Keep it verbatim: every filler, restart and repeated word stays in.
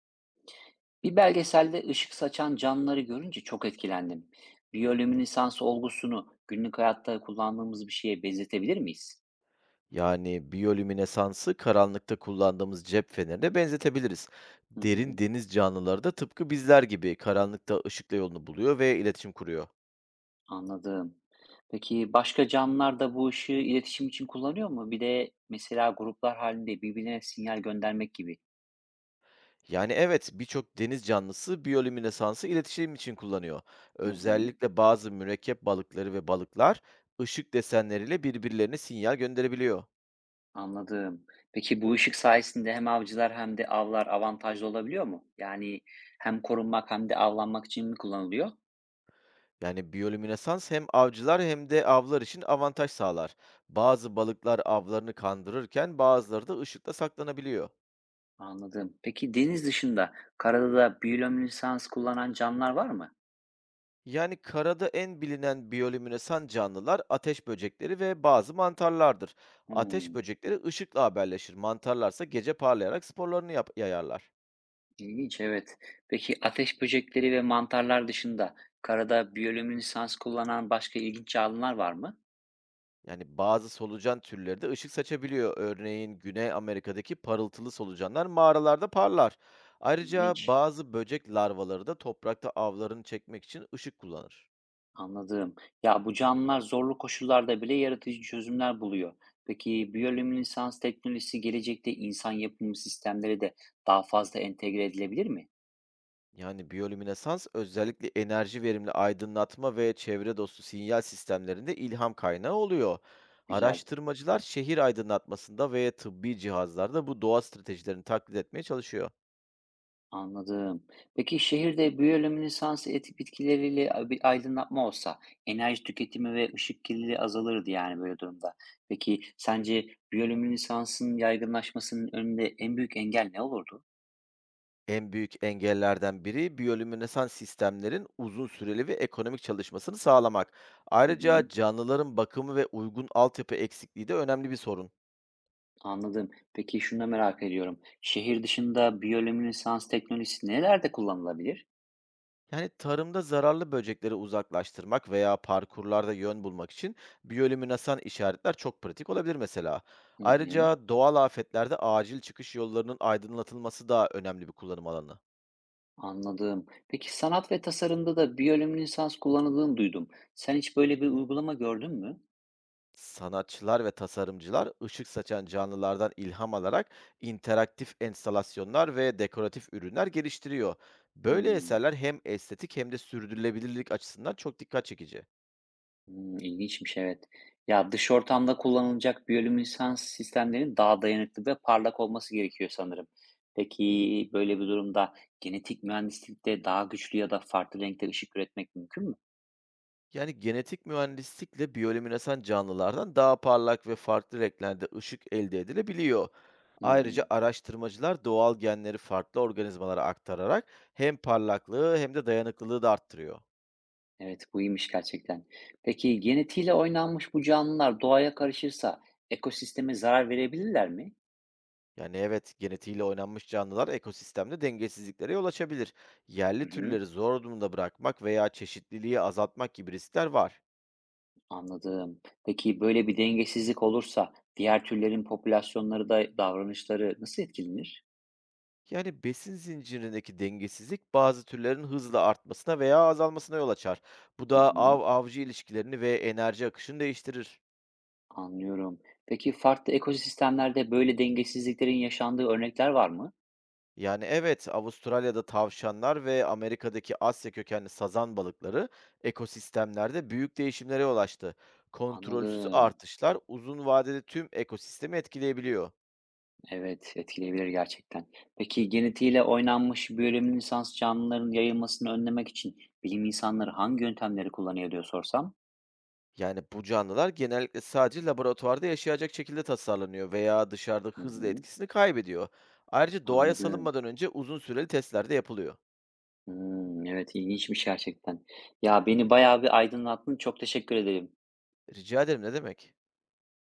Bir belgeselde ışık saçan canlıları görünce çok etkilendim. Biyolüminesans olgusunu günlük hayatta kullandığımız bir şeye benzetebilir miyiz? Yani biyolüminesansı karanlıkta kullandığımız cep fenerine benzetebiliriz. Hı Derin hı, deniz canlıları da tıpkı bizler gibi karanlıkta ışıkla yolunu buluyor ve iletişim kuruyor. anladım. Peki başka canlılar da bu ışığı iletişim için kullanıyor mu? Bir de mesela gruplar halinde birbirine sinyal göndermek gibi. Yani evet, birçok deniz canlısı biyolüminesansı iletişim için kullanıyor. Hı hı, Özellikle bazı mürekkep balıkları ve balıklar ışık desenleriyle birbirlerine sinyal gönderebiliyor. anladım. Peki bu ışık sayesinde hem avcılar hem de avlar avantajlı olabiliyor mu? Yani hem korunmak hem de avlanmak için mi kullanılıyor? Yani biyolüminesans hem avcılar hem de avlar için avantaj sağlar. Bazı balıklar avlarını kandırırken bazıları da ışıkla saklanabiliyor. Anladım. Peki deniz dışında karada da biyolöminesans kullanan canlılar var mı? Yani karada en bilinen biyolüminesan canlılar ateş böcekleri ve bazı mantarlardır. Ateş Hmm, böcekleri ışıkla haberleşir. Mantarlarsa gece parlayarak sporlarını yap- yayarlar. ilginç, evet. Peki ateş böcekleri ve mantarlar dışında karada biyolöminesans kullanan başka ilginç canlılar var mı? Yani bazı solucan türleri de ışık saçabiliyor. Örneğin Güney Amerika'daki parıltılı solucanlar mağaralarda parlar. Ayrıca İlginç. bazı böcek larvaları da toprakta avlarını çekmek için ışık kullanır. Anladım. Ya bu canlılar zorlu koşullarda bile yaratıcı çözümler buluyor. Peki biyolöminesans teknolojisi gelecekte insan yapımı sistemlere de daha fazla entegre edilebilir mi? Yani biyolüminesans özellikle enerji verimli aydınlatma ve çevre dostu sinyal sistemlerinde ilham kaynağı oluyor. Güzel. Araştırmacılar şehir aydınlatmasında ve tıbbi cihazlarda bu doğa stratejilerini taklit etmeye çalışıyor. Anladım. Peki şehirde biyoelemin lisansı etik bitkileriyle a- bir aydınlatma olsa enerji tüketimi ve ışık kirliliği azalırdı yani böyle durumda. Peki sence biyoelemin lisansının yaygınlaşmasının önünde en büyük engel ne olurdu? En büyük engellerden biri biyolüminesans sistemlerin uzun süreli ve ekonomik çalışmasını sağlamak. Hı Ayrıca hı, canlıların bakımı ve uygun altyapı eksikliği de önemli bir sorun. anladım. Peki şunu da merak ediyorum. Şehir dışında biyoelemin teknolojisi nelerde kullanılabilir? Yani tarımda zararlı böcekleri uzaklaştırmak veya parkurlarda yön bulmak için biyolüminesan işaretler çok pratik olabilir mesela. Hı hı, Ayrıca doğal afetlerde acil çıkış yollarının aydınlatılması da önemli bir kullanım alanı. anladım. Peki sanat ve tasarımda da biyoelemin kullanıldığını duydum. Sen hiç böyle bir uygulama gördün mü? Sanatçılar ve tasarımcılar ışık saçan canlılardan ilham alarak interaktif enstalasyonlar ve dekoratif ürünler geliştiriyor. Böyle Hmm. eserler hem estetik hem de sürdürülebilirlik açısından çok dikkat çekici. Hımm, ilginçmiş, evet. Ya, dış ortamda kullanılacak biyolüminesans sistemlerin daha dayanıklı ve parlak olması gerekiyor sanırım. Peki, böyle bir durumda genetik mühendislikte daha güçlü ya da farklı renkte ışık üretmek mümkün mü? Yani genetik mühendislikle biyolüminesans canlılardan daha parlak ve farklı renklerde ışık elde edilebiliyor. Ayrıca Hımm. araştırmacılar doğal genleri farklı organizmalara aktararak hem parlaklığı hem de dayanıklılığı da arttırıyor. Evet, bu iyiymiş gerçekten. Peki, genetiğiyle oynanmış bu canlılar doğaya karışırsa ekosisteme zarar verebilirler mi? Yani evet, genetiğiyle oynanmış canlılar ekosistemde dengesizliklere yol açabilir. Yerli Hı hı, türleri zor durumda bırakmak veya çeşitliliği azaltmak gibi riskler var. anladım. Peki, böyle bir dengesizlik olursa diğer türlerin popülasyonları da davranışları nasıl etkilenir? Yani besin zincirindeki dengesizlik bazı türlerin hızla artmasına veya azalmasına yol açar. Bu Hı da hı. av-avcı ilişkilerini ve enerji akışını değiştirir. Anlıyorum. Peki farklı ekosistemlerde böyle dengesizliklerin yaşandığı örnekler var mı? Yani evet, Avustralya'da tavşanlar ve Amerika'daki Asya kökenli sazan balıkları ekosistemlerde büyük değişimlere yol açtı. Kontrolsüz Anladım. artışlar uzun vadede tüm ekosistemi etkileyebiliyor. Evet, etkileyebilir gerçekten. Peki genetiğiyle oynanmış biyolojinin lisans canlıların yayılmasını önlemek için bilim insanları hangi yöntemleri kullanıyor diye sorsam? Yani, bu canlılar genellikle sadece laboratuvarda yaşayacak şekilde tasarlanıyor veya dışarıda Hı hızlı hı, etkisini kaybediyor. Ayrıca doğaya anladım. salınmadan önce uzun süreli testlerde yapılıyor. Hmm, evet, ilginçmiş gerçekten. Ya beni bayağı bir aydınlattın. Çok teşekkür ederim. Rica ederim, ne demek?